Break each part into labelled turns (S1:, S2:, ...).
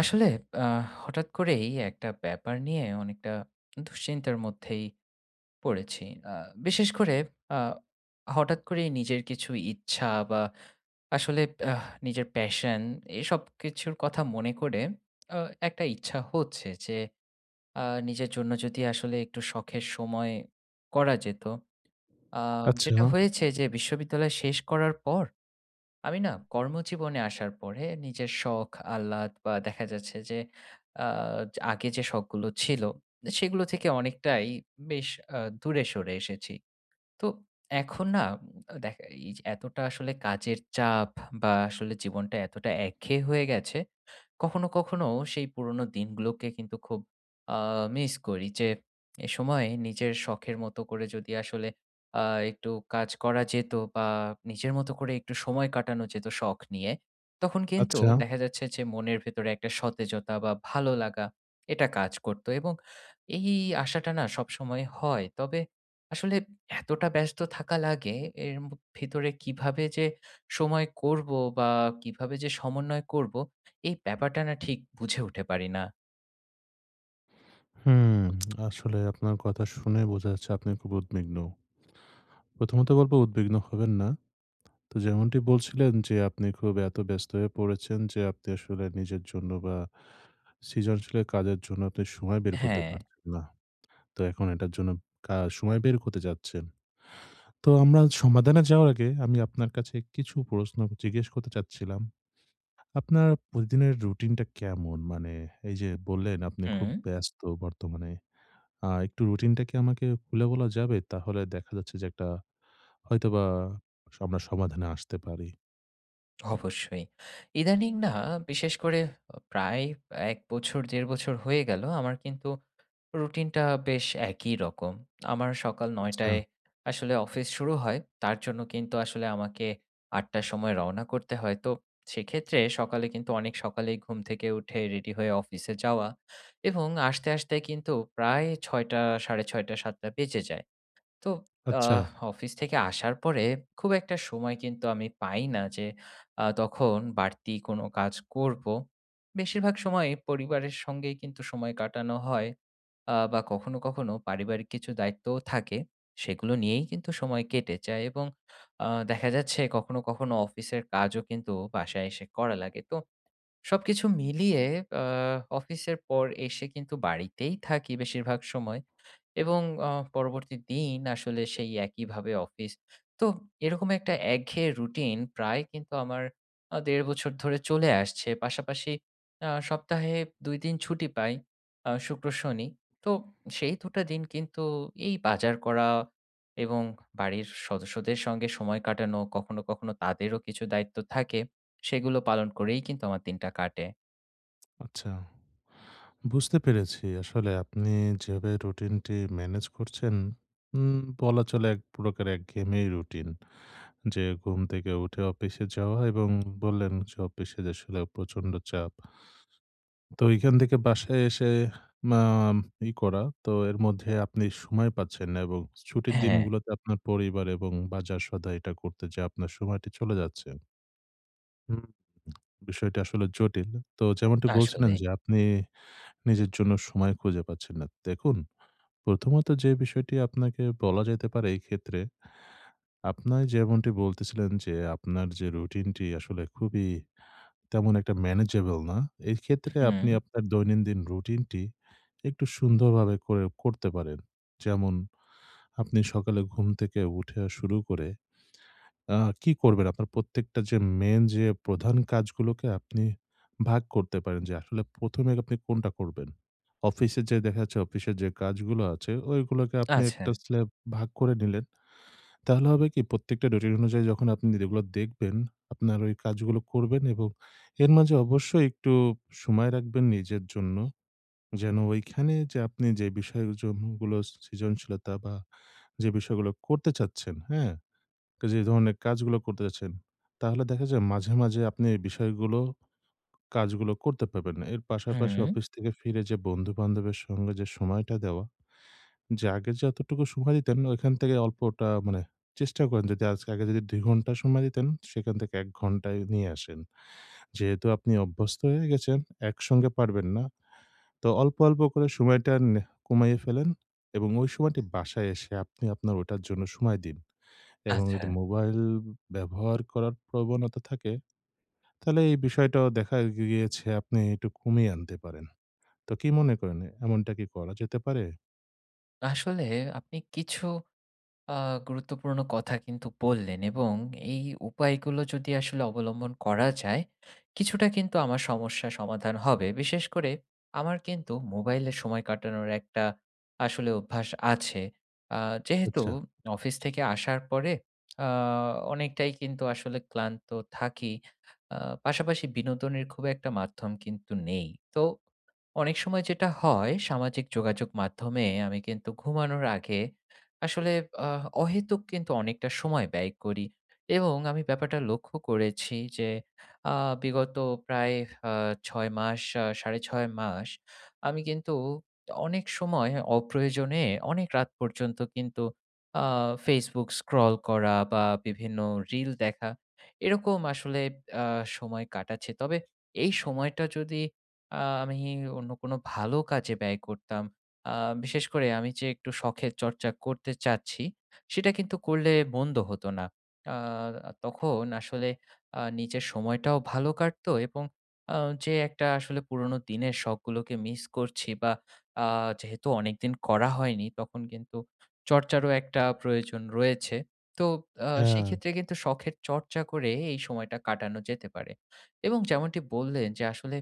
S1: আসলে আ হঠাৎ করেই একটা ব্যাপার নিয়ে অনেকটা দুশ্চিন্তার মধ্যেই পড়েছি। আ বিশেষ করে আ হঠাৎ করেই নিজের কিছু ইচ্ছা বা আসলে নিজের প্যাশন, এসব কিছুর কথা মনে করে আ একটা ইচ্ছা হচ্ছে যে আ নিজের জন্য যদি আসলে একটু শখের সময় করা যেত। আ
S2: আচ্ছা,
S1: যেটা হয়েছে যে বিশ্ববিদ্যালয় শেষ করার পর আমি না কর্মজীবনে আসার পরে নিজের শখ, আহ্লাদ বা দেখা যাচ্ছে যে আ আগে যে শখগুলো ছিল, সেগুলো থেকে অনেকটাই বেশ দূরে সরে এসেছি। তো এখন না দেখা এই যে এতটা আসলে কাজের চাপ বা আসলে জীবনটা এতটা একঘেয়ে হয়ে গেছে, কখনো, কখনো সেই পুরোনো দিনগুলোকে কিন্তু খুব আ মিস করি যে এ সময় নিজের শখের মতো করে যদি আসলে আ একটু কাজ করা যেত বা নিজের মতো করে একটু সময় কাটানো যেত শখ নিয়ে, তখন কিন্তু
S2: আচ্ছা।
S1: দেখা যাচ্ছে যে মনের ভেতরে একটা সতেজতা বা ভালো লাগা এটা কাজ করত, এবং এই আশাটা না সবসময় হয়। তবে আসলে এতটা ব্যস্ত থাকা লাগে, এর ভিতরে কিভাবে যে সময় করব বা কিভাবে যে সমন্বয় করব, এই ব্যাপারটা না ঠিক বুঝে উঠতে পারি না।
S2: হুম, আসলে আপনার কথা শুনে বোঝা যাচ্ছে আপনি খুব উদ্বিগ্ন। প্রথমত বলব, উদ্বিগ্ন হবেন না। তো যেমনটি বলছিলেন যে আপনি খুব এত ব্যস্ত হয়ে পড়েছেন যে আপনি আসলে নিজের জন্য বা সৃজনশীল কাজের জন্য আপনি সময় বের করতে
S1: হ্যাঁ,
S2: পারছেন না। তো এখন এটার জন্য সময় বের করতে যাচ্ছেন। তো আমরা সমাধানে যাওয়ার আগে আমি আপনার কাছে কিছু প্রশ্ন জিজ্ঞেস করতে চাচ্ছিলাম। আপনার প্রতিদিনের রুটিনটা কেমন? মানে, এই যে বললেন আপনি
S1: হুম,
S2: খুব ব্যস্ত বর্তমানে। একটু রুটিনটা কি আমাকে খুলে বলা যাবে? তাহলে দেখা যাচ্ছে যে একটা হয়তোবা আমরা সমাধানে আসতে পারি।
S1: অবশ্যই। ইদানিং না বিশেষ করে প্রায় ১ বছর ১.৫ বছর হয়ে গেল আমার কিন্তু রুটিনটা বেশ একই রকম। আমার সকাল ৯
S2: আচ্ছা,
S1: টায় আসলে অফিস শুরু হয়। তার জন্য কিন্তু আসলে আমাকে ৮ টার সময় রওনা করতে হয়। তো সেক্ষেত্রে সকালে কিন্তু অনেক সকালেই ঘুম থেকে উঠে রেডি হয়ে অফিসে যাওয়া, এবং আসতে, আসতে কিন্তু প্রায় ৬ টা ৬:৩০ ৭ টা বেজে যায়। তো
S2: আচ্ছা,
S1: আহ, অফিস থেকে আসার পরে খুব একটা সময় কিন্তু আমি পাই না যে তখন বাড়তি কোনো কাজ করব। বেশিরভাগ সময় পরিবারের সঙ্গেই কিন্তু সময় কাটানো হয়, বা কখনো কখনো পারিবারিক কিছু দায়িত্বও থাকে, সেগুলো নিয়েই কিন্তু সময় কেটে যায়, এবং দেখা যাচ্ছে কখনো কখনো অফিসের কাজও কিন্তু বাসায় এসে করা লাগে। তো সবকিছু মিলিয়ে আ অফিসের পর এসে কিন্তু বাড়িতেই থাকি বেশিরভাগ সময়, এবং আ পরবর্তী দিন আসলে সেই একইভাবে অফিস। তো এরকম একটা একঘেয়ে রুটিন প্রায় কিন্তু আমার ১.৫ বছর ধরে চলে আসছে। পাশাপাশি সপ্তাহে ২ দিন ছুটি পাই, শুক্র, শনি। তো সেই ২ টা দিন কিন্তু এই বাজার করা এবং বাড়ির সদস্যদের সঙ্গে সময় কাটানো, কখনো, কখনো তাদেরও কিছু দায়িত্ব থাকে। সেগুলো পালন করেই কিন্তু আমার দিনটা কাটে।
S2: আচ্ছা। বুঝতে পেরেছি। আসলে আপনি যেভাবে রুটিনটি ম্যানেজ করছেন, উম বলা চলে এক প্রকার একঘেয়েমি রুটিন। যে ঘুম থেকে উঠে অফিসে যাওয়া, এবং বললেন যে অফিসে যে আসলে প্রচন্ড চাপ। তো এইখান থেকে বাসায় এসে আম ই করা, তো এর মধ্যে আপনি সময় পাচ্ছেন না, এবং ছুটির
S1: হ্যাঁ,
S2: দিনগুলোতে আপনার পরিবার এবং বাজার সদাই, এটা করতে যে আপনার সময়টি চলে যাচ্ছে। হুম, বিষয়টা আসলে জটিল। তো যেমনটি বলছিলেন
S1: আসলেই।
S2: যে আপনি নিজের জন্য সময় খুঁজে পাচ্ছেন না। দেখুন, প্রথমত যে বিষয়টি আপনাকে বলা যেতে পারে এই ক্ষেত্রে, আপনার যেমনটি বলতেছিলেন যে আপনার যে রুটিনটি আসলে খুবই, তেমন একটা ম্যানেজেবল না। এক্ষেত্রে
S1: হুম,
S2: আপনি আপনার দৈনন্দিন রুটিনটি একটু সুন্দরভাবে করে করতে পারেন। যেমন, আপনি সকালে ঘুম থেকে উঠে শুরু করে আ কি করবেন? আপনার প্রত্যেকটা যে মেইন, যে প্রধান কাজগুলোকে আপনি ভাগ করতে পারেন যে আসলে ১ম এ আপনি কোনটা করবেন। অফিসে যেয়ে দেখা যাচ্ছে অফিসের যে কাজগুলো আছে, ওইগুলোকে আপনি
S1: আচ্ছা।
S2: একটা স্ল্যাব ভাগ করে নিলেন। তাহলে হবে কি, প্রত্যেকটা রুটিন অনুযায়ী যখন আপনি যেগুলো দেখবেন, আপনার ওই কাজগুলো করবেন, এবং এর মাঝে অবশ্যই একটু সময় রাখবেন নিজের জন্য। যেন ওইখানে যে আপনি যে বিষয় গুলো সৃজনশীলতা, বা যে বিষয়গুলো করতে চাচ্ছেন, হ্যাঁ? যে ধরনের কাজগুলো করতে চাচ্ছেন, তাহলে দেখা যায় মাঝে, মাঝে আপনি এই বিষয়গুলো, কাজগুলো করতে পারবেন। না। এর পাশাপাশি,
S1: হুম,
S2: অফিস থেকে ফিরে যে বন্ধু-বান্ধবের সঙ্গে যে সময়টা দেওয়া, যে আগে যতটুকু সময় দিতেন ওইখান থেকে অল্পটা, মানে, চেষ্টা করেন যদি আজকে, আগে যদি ২ ঘন্টা সময় দিতেন সেখান থেকে ১ ঘন্টায় নিয়ে আসেন। যেহেতু আপনি অভ্যস্ত হয়ে গেছেন, একসঙ্গে পারবেন না। তো অল্প, অল্প করে সময়টা কমাইয়ে ফেলেন, এবং ওই সময়টি বাসায় এসে আপনি আপনার ওটার জন্য সময় দিন। এবং
S1: আচ্ছা।
S2: যদি মোবাইল ব্যবহার করার প্রবণতা থাকে, তাহলে এই বিষয়টাও দেখা গিয়েছে আপনি একটু কমিয়ে আনতে পারেন। তো কি মনে করেন, এমনটা কি করা যেতে পারে?
S1: আসলে আপনি কিছু আ গুরুত্বপূর্ণ কথা কিন্তু বললেন, এবং এই উপায়গুলো যদি আসলে অবলম্বন করা যায়, কিছুটা কিন্তু আমার সমস্যা সমাধান হবে। বিশেষ করে আমার কিন্তু মোবাইলে সময় কাটানোর একটা আসলে অভ্যাস আছে। আ যেহেতু
S2: আচ্ছা,
S1: অফিস থেকে আসার পরে আ অনেকটাই কিন্তু আসলে ক্লান্ত থাকি। আ পাশাপাশি বিনোদনের খুব একটা মাধ্যম কিন্তু নেই। তো অনেক সময় যেটা হয় সামাজিক যোগাযোগ মাধ্যমে আমি কিন্তু ঘুমানোর আগে আসলে অহেতুক কিন্তু অনেকটা সময় ব্যয় করি, এবং আমি ব্যাপারটা লক্ষ্য করেছি যে বিগত প্রায় ৬ মাস, সাড়ে ৬ মাস আমি কিন্তু অনেক সময় অপ্রয়োজনে অনেক রাত পর্যন্ত কিন্তু ফেসবুক স্ক্রল করা বা বিভিন্ন রিল দেখা, এরকম আসলে সময় কাটাচ্ছে। তবে এই সময়টা যদি আ আমি অন্য কোনো ভালো কাজে ব্যয় করতাম। আ বিশেষ করে আমি যে একটু শখের চর্চা করতে চাচ্ছি, সেটা কিন্তু করলে মন্দ হতো না। আ তখন আসলে নিজের সময়টাও ভালো কাটতো, এবং আ যে একটা আসলে পুরোনো দিনের শখগুলোকে মিস করছি বা আ যেহেতু অনেকদিন করা হয়নি, তখন কিন্তু চর্চারও একটা প্রয়োজন রয়েছে। তো
S2: হ্যাঁ,
S1: সেক্ষেত্রে কিন্তু শখের চর্চা করে এই সময়টা কাটানো যেতে পারে। এবং যেমনটি বললেন যে আসলে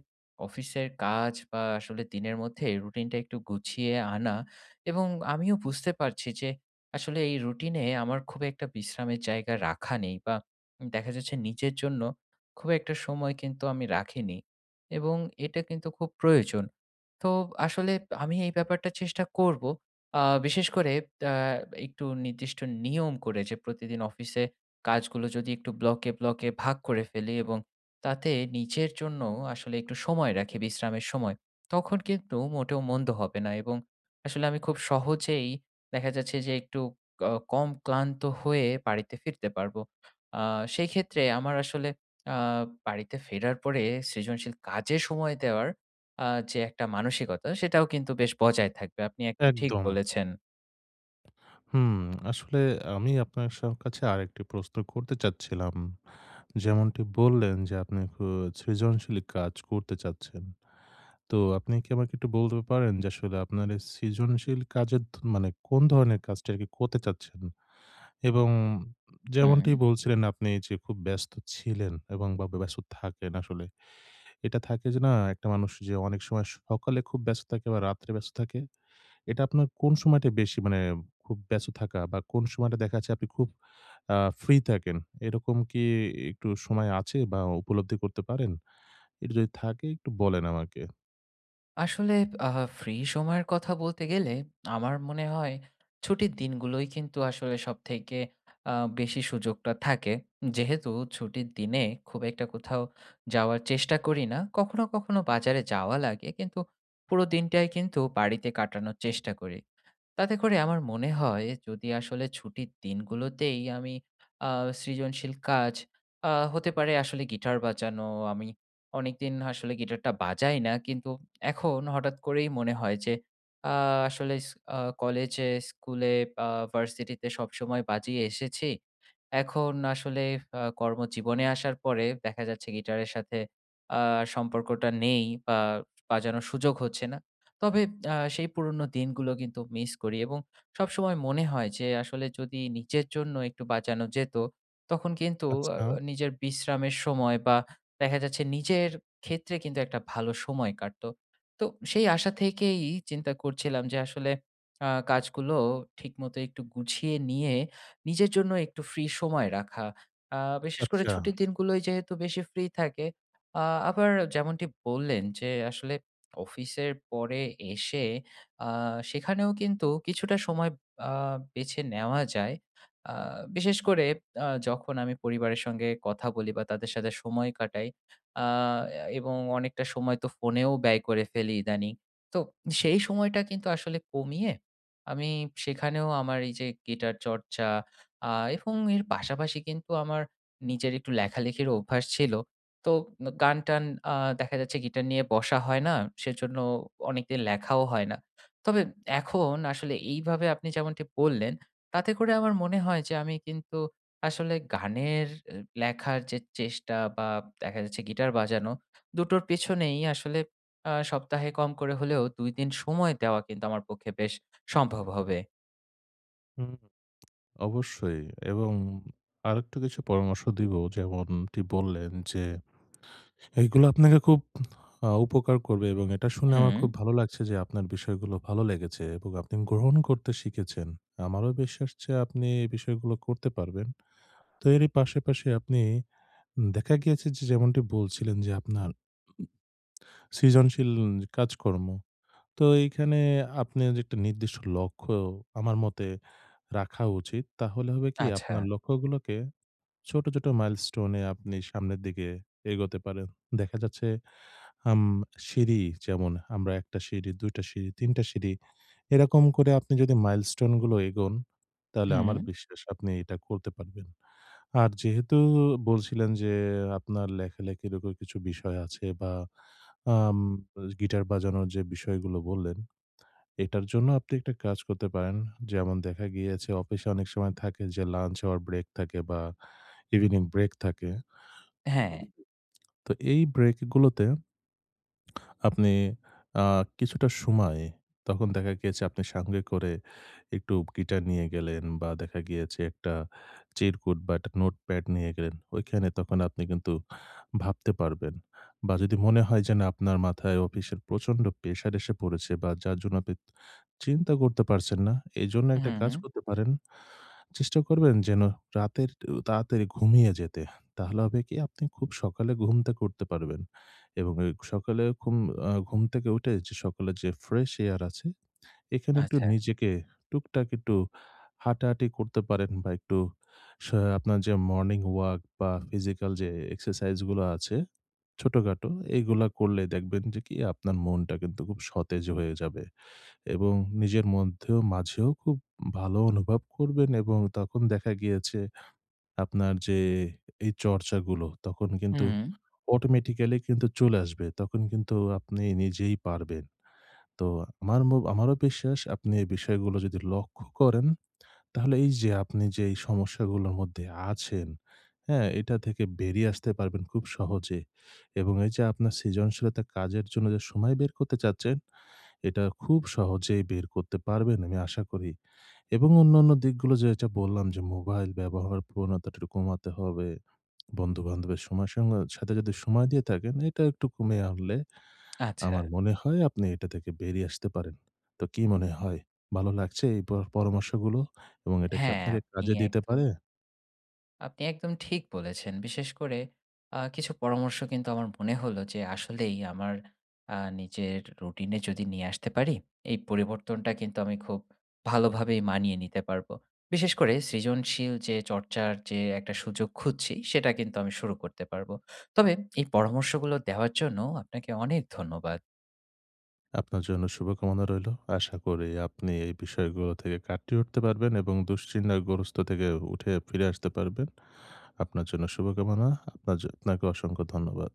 S1: অফিসের কাজ বা আসলে দিনের মধ্যে রুটিনটা একটু গুছিয়ে আনা, এবং আমিও বুঝতে পারছি যে আসলে এই রুটিনে আমার খুব একটা বিশ্রামের জায়গা রাখা নেই, বা দেখা যাচ্ছে নিজের জন্য খুব একটা সময় কিন্তু আমি রাখিনি, এবং এটা কিন্তু খুব প্রয়োজন। তো আসলে আমি এই ব্যাপারটা চেষ্টা করব, বিশেষ করে আহ, একটু নির্দিষ্ট নিয়ম করে যে প্রতিদিন অফিসে কাজগুলো যদি একটু ব্লকে ব্লকে ভাগ করে ফেলি, এবং তাতে নিজের জন্য আসলে একটু সময় রাখি বিশ্রামের সময়। তখন কিন্তু মোটেও মন্দ হবে না, এবং আসলে আমি খুব সহজেই দেখা যাচ্ছে যে একটু কম ক্লান্ত হয়ে বাড়িতে ফিরতে পারবো। আ সেই ক্ষেত্রে আমার আসলে আ বাড়িতে ফেরার পরে সৃজনশীল কাজে সময় দেওয়ার আ যে একটা মানসিকতা সেটাও কিন্তু বেশ বজায় থাকবে। আপনি একদম ঠিক
S2: একদম।
S1: বলেছেন।
S2: হুম, আসলে আমি আপনার কাছে আরেকটি প্রশ্ন করতে চাচ্ছিলাম। যেমনটি বললেন যে আপনি সৃজনশীল কাজ করতে চাচ্ছেন। তো আপনি কি আমাকে একটু বলতে পারেন যে আসলে আপনার এই সৃজনশীল কাজের মানে কোন ধরনের কাজটা আরকি করতে চাচ্ছেন? এবং
S1: হুম।
S2: যেমনটি বলছিলেন আপনি যে খুব ব্যস্ত ছিলেন, এবং বা ব্যস্ত থাকেন আসলে। এটা থাকে যে না, একটা মানুষ যে অনেক সময় সকালে খুব ব্যস্ত থাকে, বা রাত্রে ব্যস্ত থাকে। এটা আপনার কোন সময়টা বেশি, মানে, খুব ব্যস্ত থাকা, বা কোন সময়টা দেখা যাচ্ছে আপনি খুব আ ফ্রি থাকেন? এরকম কি একটু সময় আছে, বা উপলব্ধি করতে পারেন? এটা যদি থাকে একটু বলেন আমাকে।
S1: আসলে ফ্রি সময়ের কথা বলতে গেলে আমার মনে হয় ছুটির দিনগুলোই কিন্তু আসলে সবথেকে বেশি সুযোগটা থাকে। যেহেতু ছুটির দিনে খুব একটা কোথাও যাওয়ার চেষ্টা করি না। কখনো, কখনো বাজারে যাওয়া লাগে। কিন্তু পুরো দিনটাই কিন্তু বাড়িতে কাটানোর চেষ্টা করি। তাতে করে আমার মনে হয় যদি আসলে ছুটির দিনগুলোতেই আমি আ সৃজনশীল কাজ, হতে পারে আসলে গিটার বাজানো। আমি অনেকদিন আসলে গিটারটা বাজাই না। কিন্তু এখন হঠাৎ করেই মনে হয় যে আ আসলে কলেজে, স্কুলে, আ ভার্সিটিতে সবসময় বাজিয়ে এসেছি। এখন আসলে কর্মজীবনে আসার পরে দেখা যাচ্ছে গিটারের সাথে আ সম্পর্কটা নেই বা বাজানোর সুযোগ হচ্ছে না। তবে সেই পুরনো দিনগুলো কিন্তু মিস করি, এবং সবসময় মনে হয় যে আসলে যদি নিজের জন্য একটু বাঁচানো যেত, তখন কিন্তু আ
S2: আচ্ছা,
S1: নিজের বিশ্রামের সময় বা দেখা যাচ্ছে নিজের ক্ষেত্রে কিন্তু একটা ভালো সময় কাটতো। তো সেই আশা থেকেই চিন্তা করছিলাম যে আসলে কাজগুলো ঠিকমতো একটু গুছিয়ে নিয়ে নিজের জন্য একটু ফ্রি সময় রাখা। আ বিশেষ করে
S2: আচ্ছা।
S1: ছুটির দিনগুলোই যেহেতু বেশি ফ্রি থাকে। আ আবার যেমনটি বললেন যে আসলে অফিসের পরে এসে আ সেখানেও কিন্তু কিছুটা সময় আ বেছে নেওয়া যায়। আ বিশেষ করে যখন আমি পরিবারের সঙ্গে কথা বলি বা তাদের সাথে সময় কাটাই, আ এবং অনেকটা সময় তো ফোনেও ব্যয় করে ফেলি ইদানিং। তো সেই সময়টা কিন্তু আসলে কমিয়ে আমি সেখানেও আমার এই যে গিটার চর্চা, আ এবং এর পাশাপাশি কিন্তু আমার নিজের একটু লেখালেখির অভ্যাস ছিল। তো গান-টান আ দেখা যাচ্ছে গিটার নিয়ে বসা হয় না। সেজন্য অনেকদিন লেখাও হয় না। তবে এখন আসলে এইভাবে আপনি যেমনটি বললেন, তাতে করে আমার মনে হয় যে আমি কিন্তু আসলে গানের লেখার যে চেষ্টা বা দেখা যাচ্ছে গিটার বাজানো, দুটোর পেছনেই আসলে সপ্তাহে কম করে হলেও ২ দিন সময় দেওয়া কিন্তু আমার পক্ষে বেশ সম্ভব হবে।
S2: হুম, অবশ্যই। এবং আরেকটু কিছু পরামর্শ দিব, যেমনটি বললেন যে এইগুলো আপনাকে খুব উপকার করবে, এবং এটা শুনে আমার
S1: হুম,
S2: খুব ভালো লাগছে যে আপনার বিষয়গুলো ভালো লেগেছে এবং আপনি গ্রহণ করতে শিখেছেন। আমারও বিশ্বাস যে আপনি এই বিষয়গুলো করতে পারবেন। তো এরই পাশাপাশি আপনি, দেখা গিয়েছে যে যেমনটি বলছিলেন যে আপনার সৃজনশীল কাজকর্ম। তো এইখানে আপনার যে একটা নির্দিষ্ট লক্ষ্য আমার মতে রাখা উচিত। তাহলে হবে কি,
S1: আচ্ছা।
S2: আপনার লক্ষ্যগুলোকে ছোট, ছোট মাইলস্টোনে আপনি সামনের দিকে এগোতে পারেন। দেখা যাচ্ছে, আম সিঁড়ি যেমন আমরা ১ টা সিঁড়ি, ২ টা সিঁড়ি, ৩ টা সিঁড়ি, এরকম করে আপনি যদি মাইলস্টোন গুলো এগোন, তাহলে
S1: হুম,
S2: আমার বিশ্বাস আপনি এটা করতে পারবেন। আর যেহেতু বলছিলেন যে আপনার লেখালেখির উপর কিছু বিষয় আছে, বা আম গিটার বাজানোর যে বিষয়গুলো বললেন, এটার জন্য আপনি একটা কাজ করতে পারেন। যেমন, দেখা গিয়েছে অফিসে অনেক সময় থাকে যে লাঞ্চ আওয়ার ব্রেক থাকে, বা ইভনিং ব্রেক থাকে।
S1: হ্যাঁ।
S2: তো এই ব্রেকগুলোতে আপনি আ কিছুটা সময়, তখন দেখা গিয়েছে আপনি সঙ্গে করে একটু গিটার নিয়ে গেলেন, বা দেখা গিয়েছে একটা চিরকুট বা একটা নোটপ্যাড নিয়ে গেলেন। ওইখানে তখন আপনি কিন্তু ভাবতে পারবেন। বা যদি মনে হয় যে না, আপনার মাথায় অফিসের প্রচন্ড প্রেশার এসে পড়েছে, বা যার জন্য আপনি চিন্তা করতে পারছেন না, এজন্য একটা
S1: হুম,
S2: কাজ করতে পারেন। চেষ্টা করবেন যেন রাতের তাড়াতাড়ি ঘুমিয়ে যেতে। তাহলে হবে কি, আপনি খুব সকালে ঘুম থেকে উঠতে পারবেন। এবং এই সকালে ঘুম থেকে উঠে যে সকালের যে ফ্রেশ এয়ার আছে, এখানে একটু
S1: আচ্ছা।
S2: নিজেকে টুকটাক একটু হাঁটাহাঁটি করতে পারেন, বা একটু স আপনার যে মর্নিং ওয়াক বা ফিজিক্যাল যে এক্সারসাইজ গুলো আছে ছোটখাটো, এগুলা করলে দেখবেন যে কি, আপনার মনটা কিন্তু খুব সতেজ হয়ে যাবে, এবং নিজের মধ্যেও, মাঝেও খুব ভালো অনুভব করবেন, এবং তখন দেখা গিয়েছে আপনার যে এই চর্চাগুলো তখন কিন্তু
S1: হুম,
S2: অটোমেটিক্যালি কিন্তু চলে আসবে। তখন কিন্তু আপনি নিজেই পারবেন। তো আমার আমারও বিশ্বাস আপনি এই বিষয়গুলো যদি লক্ষ্য করেন, তাহলে এই যে আপনি যে এই সমস্যাগুলোর মধ্যে আছেন, হ্যাঁ? এটা থেকে বেরিয়ে আসতে পারবেন খুব সহজে। এবং এই যে আপনার সৃজনশীলতা কাজের জন্য যে সময় বের করতে চাচ্ছেন, এটা খুব সহজেই বের করতে পারবেন আমি আশা করি। এবং অন্যান্য দিকগুলো যেটা বললাম, যে মোবাইল ব্যবহার প্রবণতাটা একটু কমাতে হবে। বন্ধু-বান্ধবের সময় সঙ্গে সাথে যদি সময় দিয়ে থাকেন, এটা একটু কমিয়ে আনলে
S1: আচ্ছা।
S2: আমার মনে হয় আপনি এটা থেকে বেরিয়ে আসতে পারেন। তো কি মনে হয়? ভালো লাগছে এই পরামর্শগুলো? এবং এটা কি
S1: হ্যাঁ,
S2: আপনাকে
S1: আপনি
S2: কাজে দিতে
S1: একদম
S2: পারে?
S1: আপনি একদম ঠিক বলেছেন। বিশেষ করে কিছু পরামর্শ কিন্তু আমার মনে হলো যে আসলেই আমার নিজের রুটিনে যদি নিয়ে আসতে পারি, এই পরিবর্তনটা কিন্তু আমি খুব ভালোভাবেই মানিয়ে নিতে পারবো। বিশেষ করে সৃজনশীল যে চর্চার যে একটা সুযোগ খুঁজছি, সেটা কিন্তু আমি শুরু করতে পারবো। তবে এই পরামর্শগুলো দেওয়ার জন্য আপনাকে অনেক ধন্যবাদ।
S2: আপনার জন্য শুভকামনা রইলো। আশা করি আপনি এই বিষয়গুলো থেকে কাটিয়ে উঠতে পারবেন, এবং দুশ্চিন্তাগ্রস্ত থেকে উঠে ফিরে আসতে পারবেন। আপনার জন্য শুভকামনা। আপনার আপনাকে অসংখ্য ধন্যবাদ।